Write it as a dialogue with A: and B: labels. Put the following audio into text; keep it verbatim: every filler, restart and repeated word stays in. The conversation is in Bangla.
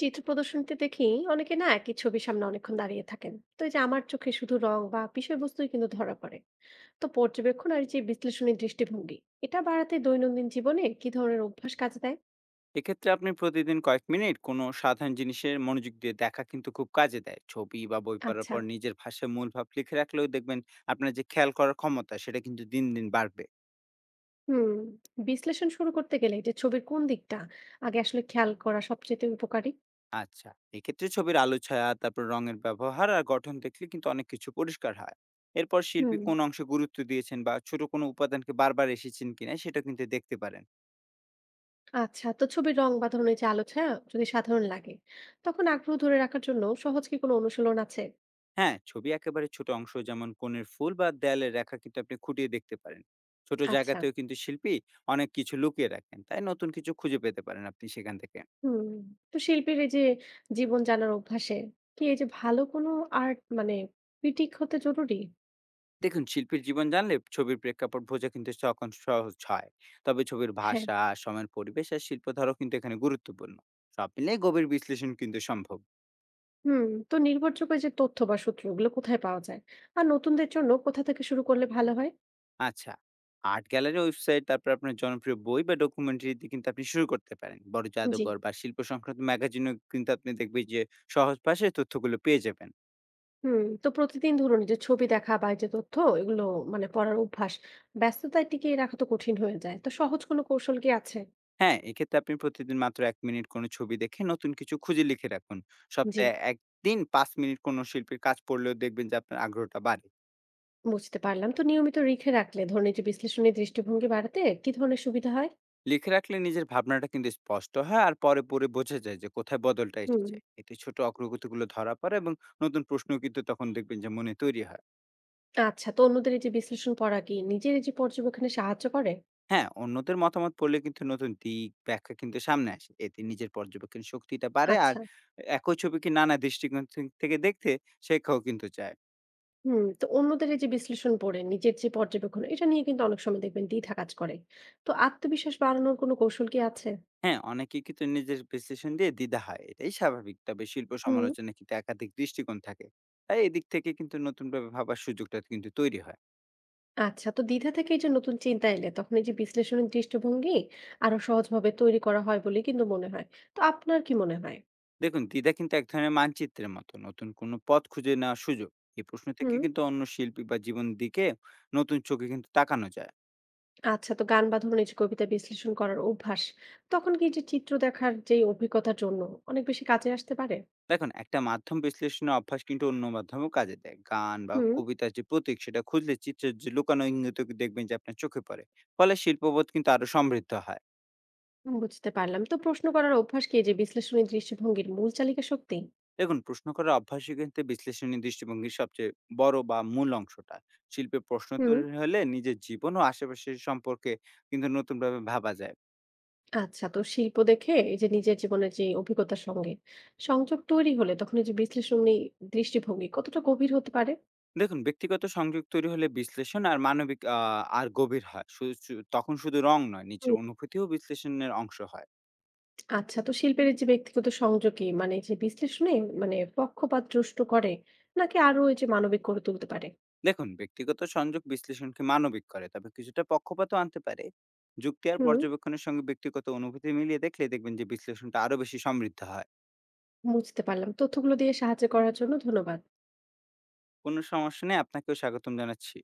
A: চিত্র প্রদর্শনীতে দেখি অনেকে না একই ছবির সামনে অনেকক্ষণ দাঁড়িয়ে থাকেন। তো এই যে আমার চোখে শুধু রং বা বিষয়বস্তুই কিন্তু ধরা পড়ে। তো পর্যবেক্ষণ আর এই যে বিশ্লেষণী দৃষ্টিভঙ্গি এটা বাড়াতে দৈনন্দিন জীবনে কি ধরনের অভ্যাস কাজে দেয়?
B: এক্ষেত্রে আপনি প্রতিদিন কয়েক মিনিট কোনো সাধারণ জিনিসের মনোযোগ দিয়ে দেখা কিন্তু খুব কাজে দেয়। ছবি বা বই পড়ার
A: আচ্ছা।
B: পর নিজের ভাষায় মূল ভাব লিখে রাখলেও দেখবেন আপনার যে খেয়াল করার ক্ষমতা সেটা কিন্তু দিন দিন বাড়বে।
A: হুম। বিশ্লেষণ শুরু করতে গেলে যে ছবির কোন দিকটা আগে আসলে খেয়াল করা সবচেয়ে উপকারী?
B: আচ্ছা, এক্ষেত্রে ছবির আলো ছায়া, তারপর রঙের ব্যবহার আর গঠন দেখলে কিন্তু অনেক কিছু পরিষ্কার হয়। এরপর শিল্পী
A: হুম।
B: কোন অংশে গুরুত্ব দিয়েছেন বা ছোট কোনো উপাদানকে বারবার এসেছেন কিনা সেটা কিন্তু দেখতে পারেন।
A: আচ্ছা, তো ছবির রং বা ধরনের যে আলো ছায়া যদি সাধারণ লাগে, তখন আগ্রহ ধরে রাখার জন্য সহজ কি কোনো অনুশীলন আছে?
B: হ্যাঁ, ছবি একেবারে ছোট অংশ যেমন কোণের ফুল বা দেয়ালের রেখা কিন্তু আপনি খুঁটিয়ে দেখতে পারেন। ছোট
A: আচ্ছা।
B: জায়গাতেও কিন্তু শিল্পী অনেক কিছু লুকিয়ে রাখেন, তাই নতুন কিছু খুঁজে পেতে পারেন আপনি সেখান থেকে।
A: হুম, তো শিল্পীর এই যে জীবন জানার অভ্যাসে কি এই যে ভালো কোনো আর্ট মানে ক্রিটিক হতে জরুরি?
B: দেখুন, শিল্পীর জীবন জানলে ছবির প্রেক্ষাপট বোঝা কিন্তু তখন সহজ হয়। তবে ছবির
A: হ্যাঁ।
B: ভাষা, সময়ের পরিবেশ আর শিল্পধারও কিন্তু এখানে গুরুত্বপূর্ণ। সব মিলিয়ে গভীর বিশ্লেষণ কিন্তু সম্ভব।
A: হুম, তো নির্ভরযোগ্য এই যে তথ্য বা সূত্র ওগুলো কোথায় পাওয়া যায়? আর নতুনদের জন্য কোথা থেকে শুরু করলে ভালো হয়?
B: আচ্ছা, আর্ট গ্যালারি ওয়েবসাইট, তারপরে আপনার জনপ্রিয় বই বা ডকুমেন্টারি দিয়ে কিন্তু আপনি শুরু করতে পারেন। বড়
A: জি।
B: জাদুঘর বা শিল্প সংক্রান্ত ম্যাগাজিনও কিন্তু আপনি দেখবেন যে সহজ ভাষায় তথ্যগুলো পেয়ে যাবেন।
A: হুম, তো প্রতিদিন ধরুন এই যে ছবি দেখা বা এই যে তথ্য এগুলো মানে পড়ার অভ্যাস ব্যস্ততায় টিকিয়ে রাখা তো কঠিন হয়ে যায়, তো সহজ কোনো কৌশল কি আছে?
B: হ্যাঁ, এক্ষেত্রে আপনি প্রতিদিন মাত্র এক মিনিট কোনো ছবি দেখে নতুন কিছু খুঁজে লিখে রাখুন।
A: জি।
B: সপ্তাহে এক দিন পাঁচ মিনিট কোনো শিল্পীর কাজ পড়লেও দেখবেন যে আপনার আগ্রহটা বাড়ে।
A: বুঝতে পারলাম, তো নিয়মিত লিখে রাখলে ধরুন এই যে বিশ্লেষণী দৃষ্টিভঙ্গি বাড়াতে কি ধরনের সুবিধা হয়?
B: লিখে রাখলে নিজের ভাবনাটা কিন্তু স্পষ্ট হয় আর পরে পড়ে বোঝা যায় যে কোথায় বদলটা
A: হুম।
B: এসেছে। এতে ছোট অগ্রগতিগুলো ধরা পড়ে এবং নতুন প্রশ্নও কিন্তু তখন দেখবেন যে মনে তৈরি হয়।
A: আচ্ছা, তো অন্যদের এই যে বিশ্লেষণ পড়া কি নিজের এই যে পর্যবেক্ষণে সাহায্য করে?
B: হ্যাঁ, অন্যদের মতামত পড়লে কিন্তু নতুন দিক, ব্যাখ্যা কিন্তু সামনে আসে। এতে নিজের পর্যবেক্ষণ শক্তিটা বাড়ে আর
A: আচ্ছা।
B: একই ছবিকে নানা দৃষ্টিকোণ থে থেকে দেখতে শেখাও কিন্তু যায়।
A: হুম, তো অন্যদের এই যে বিশ্লেষণ পড়ে নিজের যে পর্যবেক্ষণ এটা নিয়ে কিন্তু অনেক সময় দেখবেন দ্বিধা কাজ করে। তো আত্মবিশ্বাস বাড়ানোর কোনো কৌশল কি আছে?
B: হ্যাঁ, অনেকেই কিন্তু নিজের বিশ্লেষণ দিয়ে দ্বিধা হয়। এটাই স্বাভাবিক। তবে শিল্প
A: হুম।
B: সমালোচনায় কিন্তু একাধিক দৃষ্টিকোণ থাকে। তাই এদিক থেকে কিন্তু নতুনভাবে ভাবার সুযোগটা কিন্তু তৈরি হয়।
A: আচ্ছা, তো দ্বিধা থেকে এই যে নতুন চিন্তা এলে তখন এই যে বিশ্লেষণের দৃষ্টিভঙ্গি আরো সহজভাবে তৈরি করা হয় বলেই কিন্তু মনে হয়। তো আপনার কি মনে হয়?
B: দেখুন, দ্বিধা কিন্তু এক ধরনের মানচিত্রের মতো। নতুন কোনো পথ খুঁজে নেওয়ার সুযোগ। এই প্রশ্ন থেকে
A: হুম।
B: কিন্তু অন্য শিল্পী বা জীবন দিকে নতুন চোখে কিন্তু তাকানো যায়।
A: আচ্ছা, তো গান বা ধরুন এই যে কবিতা বিশ্লেষণ করার অভ্যাস তখন কি এই যে চিত্র দেখার যে অভিজ্ঞতার জন্য অনেক বেশি কাজে আসতে পারে?
B: দেখুন, একটা মাধ্যম বিশ্লেষণের অভ্যাস কিন্তু অন্য মাধ্যমেও কাজে দেয়। গান বা
A: হুম।
B: কবিতার যে প্রতীক সেটা খুঁজলে চিত্রের যে লুকানো ইঙ্গিত দেখবেন যে আপনার চোখে পড়ে। ফলে শিল্পবোধ কিন্তু আরো সমৃদ্ধ হয়।
A: বুঝতে পারলাম। তো প্রশ্ন করার অভ্যাস কি এই যে বিশ্লেষণী দৃষ্টিভঙ্গির মূল চালিকা শক্তি?
B: দেখুন, প্রশ্ন করার অভ্যাসই কিন্তু বিশ্লেষণী দৃষ্টিভঙ্গির সবচেয়ে বড় বা মূল অংশটা। শিল্পে প্রশ্ন
A: হুম।
B: তৈরি হলে নিজের জীবন ও আশেপাশের সম্পর্কে কিন্তু নতুনভাবে ভাবা যায়।
A: আচ্ছা, তো শিল্প দেখে এই যে নিজের জীবনের যে অভিজ্ঞতার সঙ্গে সংযোগ তৈরি হলে তখন এই যে বিশ্লেষণী দৃষ্টিভঙ্গি কতটা গভীর হতে পারে?
B: দেখুন, ব্যক্তিগত সংযোগ তৈরি হলে বিশ্লেষণ আর মানবিক আ আর গভীর হয়। শু শু তখন শুধু রং নয়, নিজের
A: হুম।
B: অনুভূতিও বিশ্লেষণের অংশ হয়।
A: আচ্ছা, তো শিল্পের এই যে ব্যক্তিগত সংযোগই মানে যে বিশ্লেষণে মানে পক্ষপাত দুষ্ট করে নাকি আরো এই যে মানবিক করে তুলতে পারে?
B: দেখুন, ব্যক্তিগত সংযোগ বিশ্লেষণকে মানবিক করে, তবে কিছুটা পক্ষপাতও আনতে পারে। যুক্তি আর
A: হুম।
B: পর্যবেক্ষণের সঙ্গে ব্যক্তিগত অনুভূতি মিলিয়ে দেখলে দেখবেন যে বিশ্লেষণটা আরো বেশি সমৃদ্ধ হয়।
A: বুঝতে পারলাম। তথ্যগুলো দিয়ে সাহায্য করার জন্য ধন্যবাদ।
B: কোনো সমস্যা নেই, আপনাকেও স্বাগতম জানাচ্ছি।